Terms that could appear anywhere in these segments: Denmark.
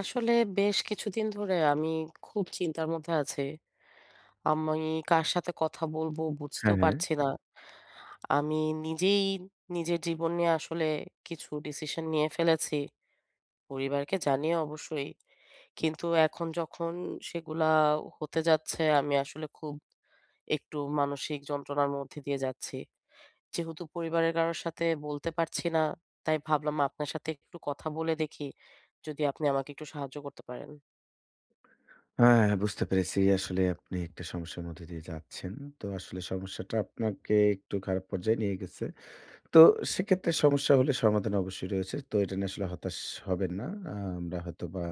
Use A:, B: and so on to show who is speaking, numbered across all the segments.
A: আসলে বেশ কিছুদিন ধরে আমি খুব চিন্তার মধ্যে আছি। আমি কার সাথে কথা বলবো বুঝতেও
B: হ্যাঁ, হ্যাঁ।
A: পারছি না। আমি নিজেই নিজের জীবন নিয়ে আসলে কিছু ডিসিশন নিয়ে ফেলেছি। পরিবারকে জানিয়ে অবশ্যই। কিন্তু এখন যখন সেগুলা হতে যাচ্ছে আমি আসলে খুব একটু মানসিক যন্ত্রণার মধ্যে দিয়ে যাচ্ছি। যেহেতু পরিবারের কারোর সাথে বলতে পারছি না, তাই ভাবলাম আপনার সাথে একটু কথা বলে দেখি। যদি আপনি আমাকে একটু সাহায্য করতে পারেন।
B: হ্যাঁ, বুঝতে পেরেছি। আসলে আপনি একটা সমস্যার মধ্যে দিয়ে যাচ্ছেন। তো আসলে সমস্যাটা আপনাকে একটু খারাপ পর্যায়ে নিয়ে গেছে। তো সেক্ষেত্রে সমস্যা হলে সমাধান অবশ্যই রয়েছে। তো এটা নিয়ে আসলে হতাশ হবেন না। আ আমরা হয়তোবা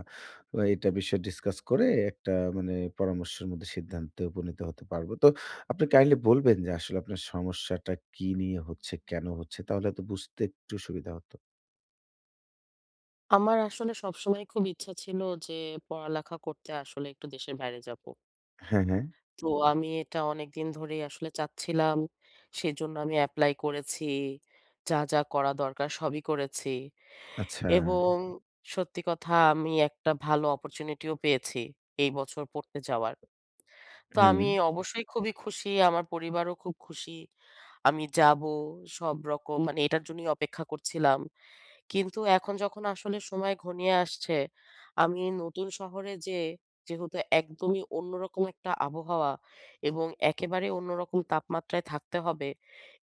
B: এটা বিষয়ে ডিসকাস করে একটা মানে পরামর্শের মধ্যে সিদ্ধান্তে উপনীত হতে পারবো। তো আপনি কাইন্ডলি বলবেন যে আসলে আপনার সমস্যাটা কি নিয়ে হচ্ছে, কেন হচ্ছে? তাহলে হয়তো বুঝতে একটু সুবিধা হতো।
A: আমার আসলে সবসময় খুব ইচ্ছা ছিল যে পড়ালেখা করতে আসলে একটু দেশের বাইরে যাব।
B: হ্যাঁ, হ্যাঁ।
A: তো আমি এটা অনেকদিন ধরেই আসলে চাচ্ছিলাম। সেজন্য আমি এপ্লাই করেছি। যা, যা করা দরকার সবই করেছি।
B: আচ্ছা।
A: এবং সত্যি কথা আমি একটা ভালো অপরচুনিটিও পেয়েছি এই বছর পড়তে যাওয়ার। তো
B: হুম।
A: আমি অবশ্যই খুবই খুশি। আমার পরিবারও খুব খুশি। আমি যাব সব রকম মানে এটার জন্যই অপেক্ষা করছিলাম। কিন্তু এখন যখন আসলে সময় ঘনিয়ে আসছে, আমি নতুন শহরে যেয়ে যেহেতু একদমই অন্যরকম একটা আবহাওয়া এবং একেবারে অন্যরকম তাপমাত্রায় থাকতে হবে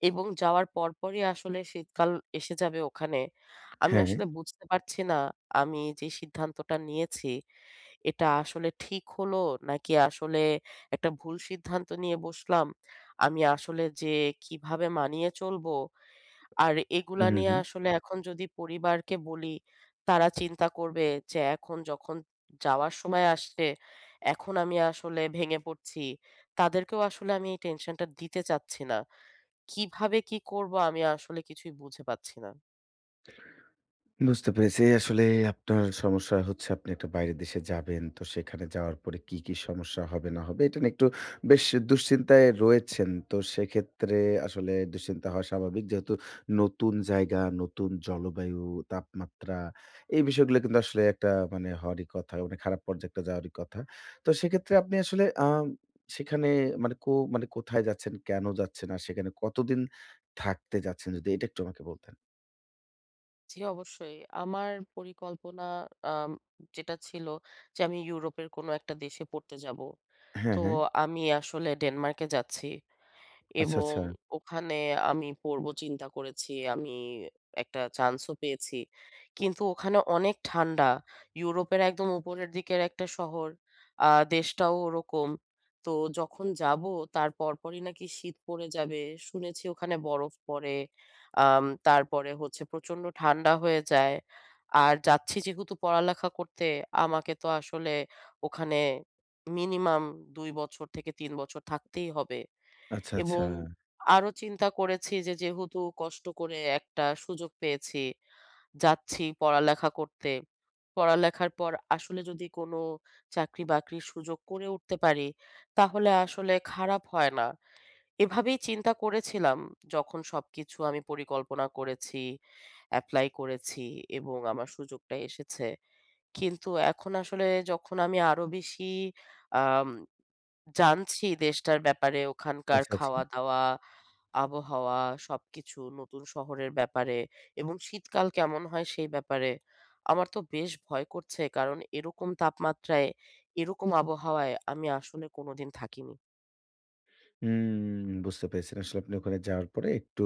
A: এবং যাওয়ার পরপরই আসলে শীতকাল এসে যাবে ওখানে। আমি
B: হ্যাঁ।
A: আসলে বুঝতে পারছি না আমি যে সিদ্ধান্তটা নিয়েছি এটা আসলে ঠিক হলো নাকি আসলে একটা ভুল সিদ্ধান্ত নিয়ে বসলাম। আমি আসলে যে কিভাবে মানিয়ে চলবো আর
B: হু,
A: এগুলা
B: হু,
A: নিয়ে
B: হু।
A: আসলে এখন যদি পরিবারকে বলি, তারা চিন্তা করবে যে এখন যখন যাওয়ার সময় আসছে, এখন আমি আসলে ভেঙে পড়ছি। তাদেরকেও আসলে আমি এই টেনশনটা দিতে চাচ্ছি না। কিভাবে কি করব আমি আসলে কিছুই বুঝে পাচ্ছি না।
B: বুঝতে পেরেছি। আসলে আপনার সমস্যা হচ্ছে আপনি একটা বাইরের দেশে যাবেন। তো সেখানে যাওয়ার পরে কি, কি সমস্যা হবে না হবে এটা নিয়ে একটু বেশ দুশ্চিন্তায় রয়েছেন। তো সেক্ষেত্রে আসলে দুশ্চিন্তা হওয়া স্বাভাবিক। যেহেতু নতুন জায়গা, নতুন জলবায়ু, তাপমাত্রা এই বিষয়গুলো কিন্তু আসলে একটা মানে হওয়ারই কথা। মানে খারাপ পর্যায়ে একটা যাওয়ারই কথা। তো সেক্ষেত্রে আপনি আসলে সেখানে মানে কো মানে কোথায় যাচ্ছেন, কেন যাচ্ছেন আর সেখানে কতদিন থাকতে যাচ্ছেন? যদি এটা একটু আমাকে বলতেন।
A: জি, অবশ্যই। আমার পরিকল্পনা আম যেটা ছিল যে আমি ইউরোপের কোনো একটা দেশে পড়তে যাব।
B: হ্যাঁ,
A: তো
B: হ্যাঁ।
A: আমি আসলে ডেনমার্কে যাচ্ছি।
B: আচ্ছা,
A: এবং
B: আচ্ছা।
A: ওখানে আমি পড়বো চিন্তা করেছি। আমি একটা চান্সও পেয়েছি। কিন্তু ওখানে অনেক ঠান্ডা। ইউরোপের একদম উপরের দিকের একটা শহর। আ দেশটাও ওরকম। তো যখন যাবো তার পরপরই নাকি শীত পড়ে যাবে। শুনেছি ওখানে বরফ পড়ে। তারপরে হচ্ছে প্রচন্ড ঠান্ডা হয়ে যায়। আর যাচ্ছি যেহেতু পড়ালেখা করতে, আমাকে তো আসলে ওখানে মিনিমাম ২ বছর থেকে ৩ বছর থাকতেই হবে।
B: আচ্ছা, আচ্ছা।
A: এবং আরো চিন্তা করেছি যে যেহেতু কষ্ট করে একটা সুযোগ পেয়েছি, যাচ্ছি পড়ালেখা করতে। পড়ালেখার পর আসলে যদি কোনো চাকরি-বাকরির সুযোগ করে উঠতে পারি, তাহলে আসলে খারাপ হয় না। এভাবেই চিন্তা করেছিলাম যখন সবকিছু আমি পরিকল্পনা করেছি, এপ্লাই করেছি এবং আমার সুযোগটা এসেছে। কিন্তু এখন আসলে যখন আমি আরো বেশি আম জানছি দেশটার ব্যাপারে, ওখানকার
B: আচ্ছা, আচ্ছা।
A: খাওয়া-দাওয়া আবহাওয়া সবকিছু, নতুন শহরের ব্যাপারে এবং শীতকাল কেমন হয় সেই ব্যাপারে। আমার তো বেশ ভয় করছে কারণ এরকম তাপমাত্রায়, এরকম জি। আবহাওয়ায় আমি আসলে কোনোদিন থাকিনি।
B: হুম, বুঝতে পেরেছি। আসলে আপনি ওখানে যাওয়ার পরে একটু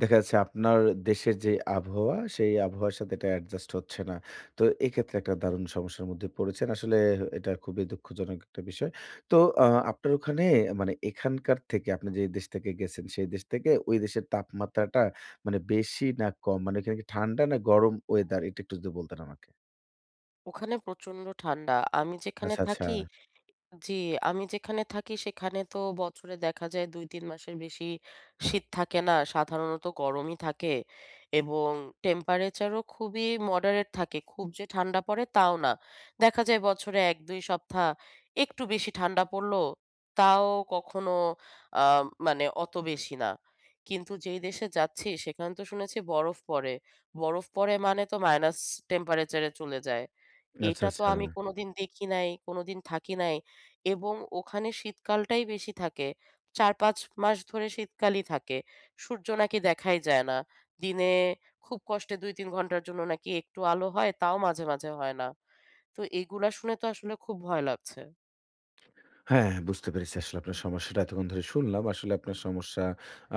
B: দেখা যাচ্ছে আপনার দেশের যে আবহাওয়া, সেই আবহাওয়ার সাথে এটা অ্যাডজাস্ট হচ্ছে না। তো এক্ষেত্রে একটা দারুণ সমস্যার মধ্যে পড়েছেন। আসলে এটা খুবই দুঃখজনক একটা বিষয়। তো আ আপনার ওখানে মানে এখানকার থেকে আপনি যে দেশ থেকে গেছেন, সেই দেশ থেকে ওই দেশের তাপমাত্রাটা মানে বেশি না কম? মানে ওখানে কি ঠান্ডা না গরম ওয়েদার? এটা একটু যদি বলতেন আমাকে।
A: ওখানে প্রচন্ড ঠান্ডা। আমি যেখানে
B: আচ্ছা, আচ্ছা।
A: থাকি জি, আমি যেখানে থাকি সেখানে তো বছরে দেখা যায় ২-৩ মাসের বেশি শীত থাকে না। সাধারণত গরমই থাকে এবং টেম্পারেচারও খুবই মডারেট থাকে। খুব যে ঠান্ডা পড়ে তাও না। দেখা যায় বছরে ১-২ সপ্তাহ একটু বেশি ঠান্ডা পড়ল, তাও কখনো আ মানে অত বেশি না। কিন্তু যেই দেশে যাচ্ছি সেখানে তো শুনেছি বরফ পড়ে। বরফ পড়ে মানে তো মাইনাস টেম্পারেচারে চলে যায়।
B: আচ্ছা,
A: এটা তো
B: আচ্ছা।
A: আমি কোনোদিন দেখি নাই, কোনোদিন থাকি নাই। এবং ওখানে শীতকালটাই বেশি থাকে। ৪-৫ মাস ধরে শীতকালই থাকে। সূর্য নাকি দেখাই যায় না। দিনে খুব কষ্টে ২-৩ ঘন্টার জন্য নাকি একটু আলো হয়, তাও মাঝে, মাঝে হয় না। তো এগুলা শুনে তো আসলে খুব ভয় লাগছে।
B: হ্যাঁ, বুঝতে পেরেছি আসলে আপনার সমস্যাটা এতক্ষণ ধরে শুনলাম। আসলে আপনার সমস্যা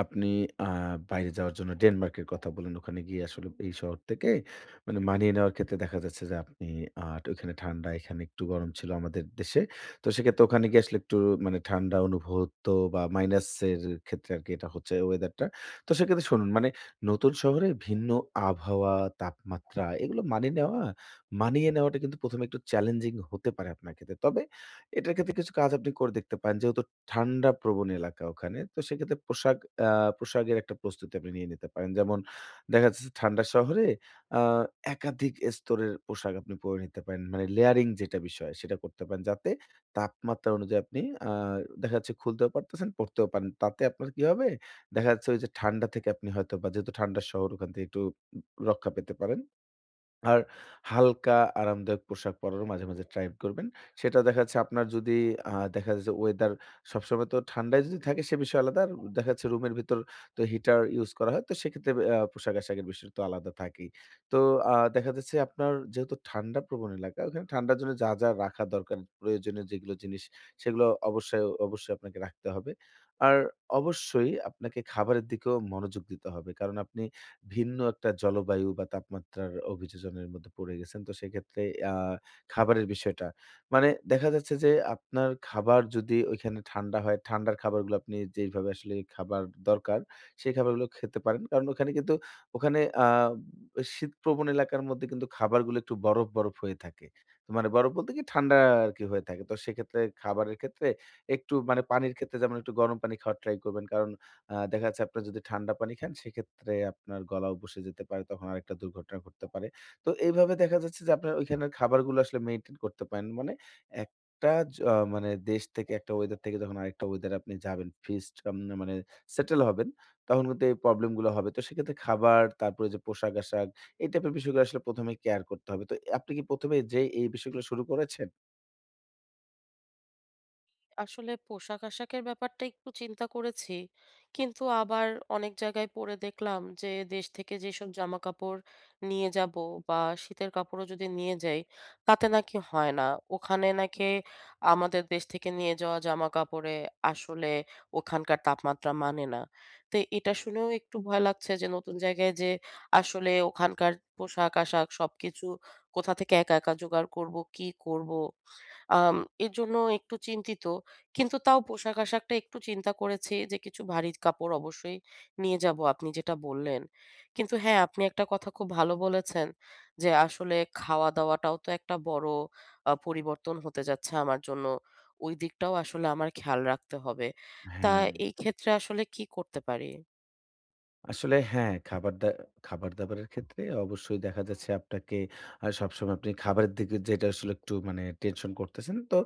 B: আপনি আ বাইরে যাওয়ার জন্য ডেনমার্কের কথা বললেন। ওখানে গিয়ে আসলে এই শহর থেকে মানে মানিয়ে নেওয়ার ক্ষেত্রে দেখা যাচ্ছে যে আপনি আ ওখানে ঠান্ডা, এখানে একটু গরম ছিল আমাদের দেশে। তো সেক্ষেত্রে ওখানে গিয়ে আসলে একটু মানে ঠান্ডা অনুভব হতো বা মাইনাসের ক্ষেত্রে আরকি এটা হচ্ছে ওয়েদারটা। তো সেক্ষেত্রে শুনুন মানে নতুন শহরে ভিন্ন আবহাওয়া, তাপমাত্রা এগুলো মানিয়ে নেওয়াটা কিন্তু ১ম এ একটু চ্যালেঞ্জিং হতে পারে আপনার ক্ষেত্রে। তবে এটার ক্ষেত্রে কিছু কাজ আপনি করে দেখতে পারেন। যেহেতু ঠান্ডা প্রবণ এলাকা ওখানে। তো সেক্ষেত্রে আ পোশাকের একটা প্রস্তুতি আপনি নিয়ে নিতে পারেন। যেমন দেখা যাচ্ছে যে ঠান্ডা শহরে আ একাধিক স্তরের পোশাক আপনি পরে নিতে পারেন। মানে লেয়ারিং যেটা বিষয় সেটা করতে পারেন। যাতে তাপমাত্রা অনুযায়ী আপনি আ দেখা যাচ্ছে খুলতেও পারতেছেন, পরতেও পারেন। তাতে আপনার কি হবে? দেখা যাচ্ছে ওই যে ঠান্ডা থেকে আপনি হয়তোবা যেহেতু ঠান্ডার শহর ওখান থেকে একটু রক্ষা পেতে পারেন। আর হালকা আরামদায়ক পোশাক পরারও মাঝে, মাঝে ট্রাই করবেন। সেটা দেখা যাচ্ছে আপনার যদি দেখা যায় যে ওয়েদার সবসময় তো ঠান্ডায় যদি থাকে সে বিষয় আলাদা। আর দেখা যাচ্ছে রুমের ভিতর তো হিটার ইউজ করা হয়। তো সেক্ষেত্রে পোশাক-আশাকের বিষয় তো আলাদা থাকেই। তো দেখা যাচ্ছে আপনার যেহেতু ঠান্ডা প্রবণ এলাকা, ওখানে ঠান্ডার জন্য যা, যা রাখা দরকার প্রয়োজনীয় যেগুলো জিনিস সেগুলো অবশ্যই, অবশ্যই আপনাকে রাখতে হবে। আর অবশ্যই আপনাকে খাবারের দিকেও মনোযোগ দিতে হবে। কারণ আপনি ভিন্ন একটা জলবায়ু বা তাপমাত্রার অভিযোজনের মধ্যে পড়ে গেছেন। তো সেক্ষেত্রে আ খাবারের বিষয়টা। মানে দেখা যাচ্ছে যে আপনার খাবার যদি ঐখানে ঠান্ডা হয়, ঠান্ডার খাবারগুলো আপনি যেইভাবে আসলে খাবার দরকার, সেই খাবারগুলো খেতে পারেন। কারণ ওখানে কিন্তু ওখানে শীতপ্রবণ এলাকার মধ্যে কিন্তু খাবারগুলো একটু বরফ, বরফ হয়ে থাকে। তো মানে বরফ বলতে কি ঠান্ডা আরকি হয়ে থাকে। তো সেক্ষেত্রে খাবারের ক্ষেত্রে একটু মানে পানির ক্ষেত্রে যেমন একটু গরম পানি খাওয়ার ট্রাই করবেন। কারণ দেখা যাচ্ছে আপনার যদি ঠান্ডা পানি খান সেক্ষেত্রে আপনার গলাও বসে যেতে পারে। তখন আরেকটা দুর্ঘটনা ঘটতে পারে। তো এইভাবে দেখা যাচ্ছে যে আপনার ওইখানের খাবারগুলো আসলে মেইনটেইন করতে পারেন। মানে একটা মানে দেশ থেকে একটা ওয়েদার থেকে যখন আরেকটা ওয়েদারে আপনি যাবেন, ফিক্সড মানে সেটেল হবেন, তখন কিন্তু এই প্রবলেম গুলো হবে। তো সেক্ষেত্রে খাবার, তারপরে ওইযে পোশাক-আশাক এই টাইপের বিষয়গুলো আসলে ১ম এ কেয়ার করতে হবে। তো আপনি কি ১ম এ যেয়ে এই বিষয়গুলো শুরু করেছেন?
A: আসলে পোশাক-আশাকের ব্যাপারটা একটু চিন্তা করেছি। কিন্তু আবার অনেক জায়গায় পড়ে দেখলাম যে দেশ থেকে যেসব জামাকাপড় নিয়ে যাব বা শীতের কাপড়ও যদি নিয়ে যাই তাতে নাকি হয় না। ওখানে নাকি আমাদের দেশ থেকে নিয়ে যাওয়া জামাকাপড়ে আসলে ওখানকার তাপমাত্রা মানে না। তো এটা শুনেও একটু ভয় লাগছে যে নতুন জায়গায় যেয়ে আসলে ওখানকার পোশাক-আশাক সবকিছু কোথা থেকে একা, একা জোগাড় করব, কি করব? আম এজন্য একটু চিন্তিত। কিন্তু তাও পোশাক-আশাকটা একটু চিন্তা করেছি যে কিছু ভারী কাপড় অবশ্যই নিয়ে যাবো আপনি যেটা বললেন। কিন্তু হ্যাঁ, আপনি একটা কথা খুব ভালো বলেছেন যে আসলে খাওয়া-দাওয়াটাও তো একটা বড় পরিবর্তন হতে যাচ্ছে আমার জন্য। ওই দিকটাও আসলে আমার খেয়াল রাখতে হবে। তা
B: হ্যাঁ।
A: এই ক্ষেত্রে আসলে কি করতে পারি?
B: আসলে হ্যাঁ, খাবার-দাবারের ক্ষেত্রে অবশ্যই দেখা যাচ্ছে আপনাকে সবসময় আপনি খাবারের দিকে যেটা আসলে একটু মানে টেনশন করতেছেন, তো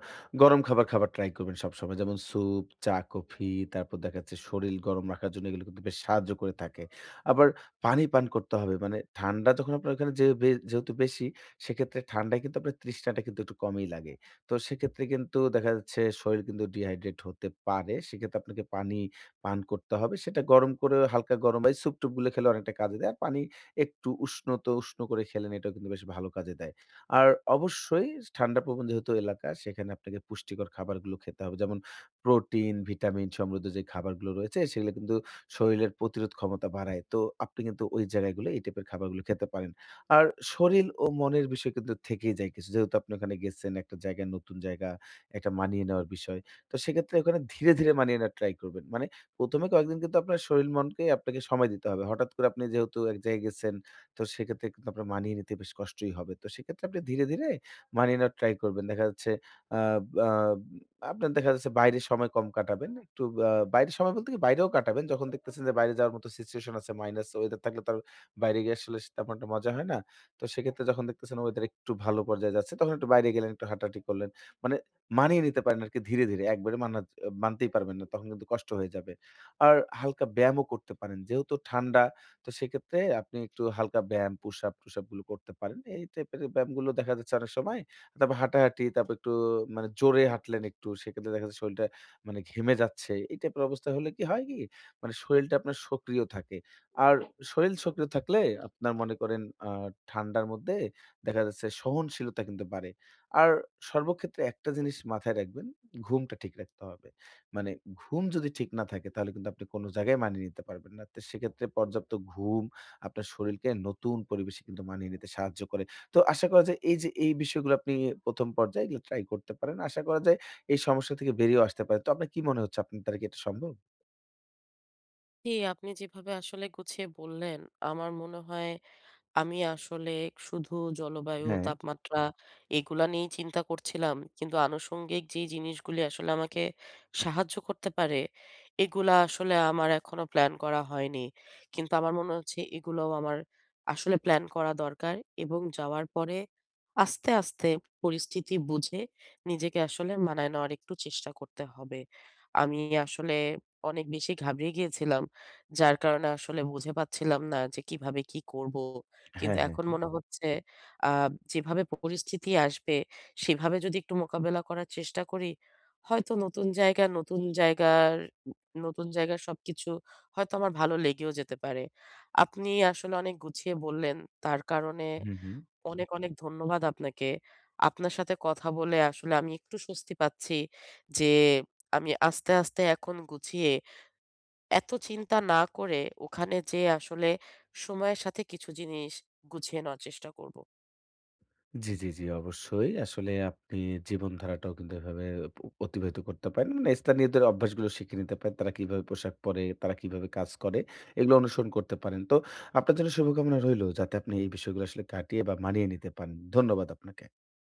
B: গরম খাবার খাবার ট্রাই করবেন সবসময়। যেমন স্যুপ, চা, কফি, তারপর দেখা যাচ্ছে শরীর গরম রাখার জন্য এগুলো কিন্তু বেশ সাহায্য করে থাকে। আবার পানি পান করতে হবে। মানে ঠান্ডা যখন আপনার ওখানে যে যেহেতু বেশি, সেক্ষেত্রে ঠান্ডায় কিন্তু আপনার তৃষ্ণাটা কিন্তু একটু কমই লাগে। তো সেক্ষেত্রে কিন্তু দেখা যাচ্ছে শরীর কিন্তু ডিহাইড্রেট হতে পারে। সেক্ষেত্রে আপনাকে পানি পান করতে হবে। সেটা গরম করে হালকা গরম বা এই স্যুপ-টুপ গুলো খেলে অনেকটা কাজে দেয়। আর পানি একটু উষ্ণ তো উষ্ণ করে খেলেন এটাও কিন্তু বেশ ভালো কাজে দেয়। আর অবশ্যই ঠান্ডা প্রবণ যেহেতু এলাকা সেখানে আপনাকে পুষ্টিকর খাবারগুলো খেতে হবে। যেমন প্রোটিন, ভিটামিন সমৃদ্ধ যে খাবারগুলো রয়েছে সেগুলো কিন্তু শরীরের প্রতিরোধ ক্ষমতা বাড়ায়। তো আপনি কিন্তু ওই জায়গাগুলো এই টাইপের খাবারগুলো খেতে পারেন। আর শরীর ও মনের বিষয় কিন্তু থেকেই যায় কিছু। যেহেতু আপনি ওখানে গেছেন একটা জায়গায় নতুন জায়গা, একটা মানিয়ে নেওয়ার বিষয়। তো সেক্ষেত্রে ওখানে ধীরে, ধীরে মানিয়ে নেওয়ার ট্রাই করবেন। মানে ১ম এ কয়েকদিন কিন্তু আপনার শরীর মনকে আপনাকে সময় দিতে হবে। হঠাৎ করে আপনি যেহেতু এক জায়গায় গেছেন, তো সেক্ষেত্রে কিন্তু আপনার মানিয়ে নিতে বেশ কষ্টই হবে। তো সেক্ষেত্রে আপনি ধীরে, ধীরে মানিয়ে নেওয়ার ট্রাই করবেন। দেখা যাচ্ছে আ আ আপনার দেখা যাচ্ছে বাইরে সময় কম কাটাবেন। একটু বাইরে সময় বলতে কি বাইরেও কাটাবেন। যখন দেখতেছেন যে বাইরে যাওয়ার মতো সিচুয়েশন আছে, মাইনাস ওয়েদার থাকলে তো আর বাইরে গিয়ে আসলে সে তেমন একটা মজা হয় না। তো সেক্ষেত্রে যখন দেখতেছেন ওয়েদার একটু ভালো পর্যায়ে যাচ্ছে, তখন একটু বাইরে গেলেন, একটু হাঁটাহাঁটি করলেন। মানে মানিয়ে নিতে পারেন আরকি ধীরে, ধীরে। একবারে মানতেই পারবেন না। তখন কিন্তু কষ্ট হয়ে যাবে। আর হালকা ব্যায়ামও করতে পারেন। যেহেতু ঠান্ডা, তো সেক্ষেত্রে আপনি একটু হালকা ব্যায়াম, পুশ-আপ, টুশ-আপ গুলো করতে পারেন। এই টাইপের ব্যায়ামগুলো দেখা যাচ্ছে অনেক সময়। তারপর হাঁটাহাঁটি, তারপর একটু মানে জোরে হাঁটলেন একটু, সেক্ষেত্রে দেখা যাচ্ছে শরীলটা মানে ঘেমে যাচ্ছে। এই টাইপের অবস্থা হলে কি হয় কি? মানে শরীলটা আপনার সক্রিয় থাকে। আর শরীল সক্রিয় থাকলে আপনার মনে করেন আ ঠান্ডার মধ্যে দেখা যাচ্ছে সহনশীলতা কিন্তু বাড়ে। আর সর্বক্ষেত্রে একটা জিনিস মাথায় রাখবেন, ঘুমটা ঠিক রাখতে হবে। মানে ঘুম যদি ঠিক না থাকে তাহলে কিন্তু আপনি কোনো জায়গায় মানিয়ে নিতে পারবেন না। তো সেক্ষেত্রে পর্যাপ্ত ঘুম আপনার শরীরকে নতুন পরিবেশে কিন্তু মানিয়ে নিতে সাহায্য করে। তো আশা করা যায় এই যে এই বিষয়গুলো আপনি ১ম পর্যায়ে এগুলো ট্রাই করতে পারেন। আশা করা যায় এই সমস্যা থেকে বেরিয়েও আসতে পারেন। তো আপনার কি মনে হচ্ছে আপনার দ্বারা কি এটা সম্ভব?
A: জি, আপনি যেভাবে আসলে গুছিয়ে বললেন আমার মনে হয় আমি আসলে শুধু জলবায়ু,
B: হ্যাঁ, হ্যাঁ,
A: তাপমাত্রা এগুলা নিয়েই চিন্তা করছিলাম। কিন্তু আনুষঙ্গিক যে জিনিসগুলি আসলে আমাকে সাহায্য করতে পারে, এগুলা আসলে আমার এখনো প্ল্যান করা হয়নি। কিন্তু আমার মনে হচ্ছে এগুলোও আমার আসলে প্ল্যান করা দরকার এবং যাওয়ার পরে আস্তে, আস্তে পরিস্থিতি বুঝে নিজেকে আসলে মানায় নেওয়ার একটু চেষ্টা করতে হবে। আমি আসলে অনেক বেশি ঘাবড়ে গিয়েছিলাম। যার কারণে আসলে বুঝে পাচ্ছিলাম না যে কিভাবে কি করব? কিন্তু
B: হ্যাঁ, হ্যাঁ।
A: এখন মনে হচ্ছে আ যেভাবে পরিস্থিতি আসবে সেভাবে যদি একটু মোকাবেলা করার চেষ্টা করি, হয়তো নতুন জায়গা, নতুন জায়গার সবকিছু হয়তো আমার ভালো লেগেও যেতে পারে। আপনি আসলে অনেক গুছিয়ে বললেন। তার কারণে
B: হুম, হুম।
A: অনেক, অনেক ধন্যবাদ আপনাকে। আপনার সাথে কথা বলে আসলে আমি একটু স্বস্তি পাচ্ছি যে আমি আস্তে, আস্তে এখন গুছিয়ে এত চিন্তা না করে ওখানে যেয়ে আসলে সময়ের সাথে কিছু জিনিস গুছিয়ে নেওয়ার চেষ্টা করব।
B: জি, জি, জি, অবশ্যই। আসলে আপনি জীবনধারাটাও কিন্তু এভাবে প অতিবাহিত করতে পারেন। মানে স্থানীয়দের অভ্যাসগুলো শিখে নিতে পারেন। তারা কিভাবে পোশাক পরে, তারা কিভাবে কাজ করে, এগুলো অনুসরণ করতে পারেন। তো আপনার জন্য শুভকামনা রইলো যাতে আপনি এই বিষয়গুলো আসলে কাটিয়ে বা মানিয়ে নিতে পারেন। ধন্যবাদ আপনাকে।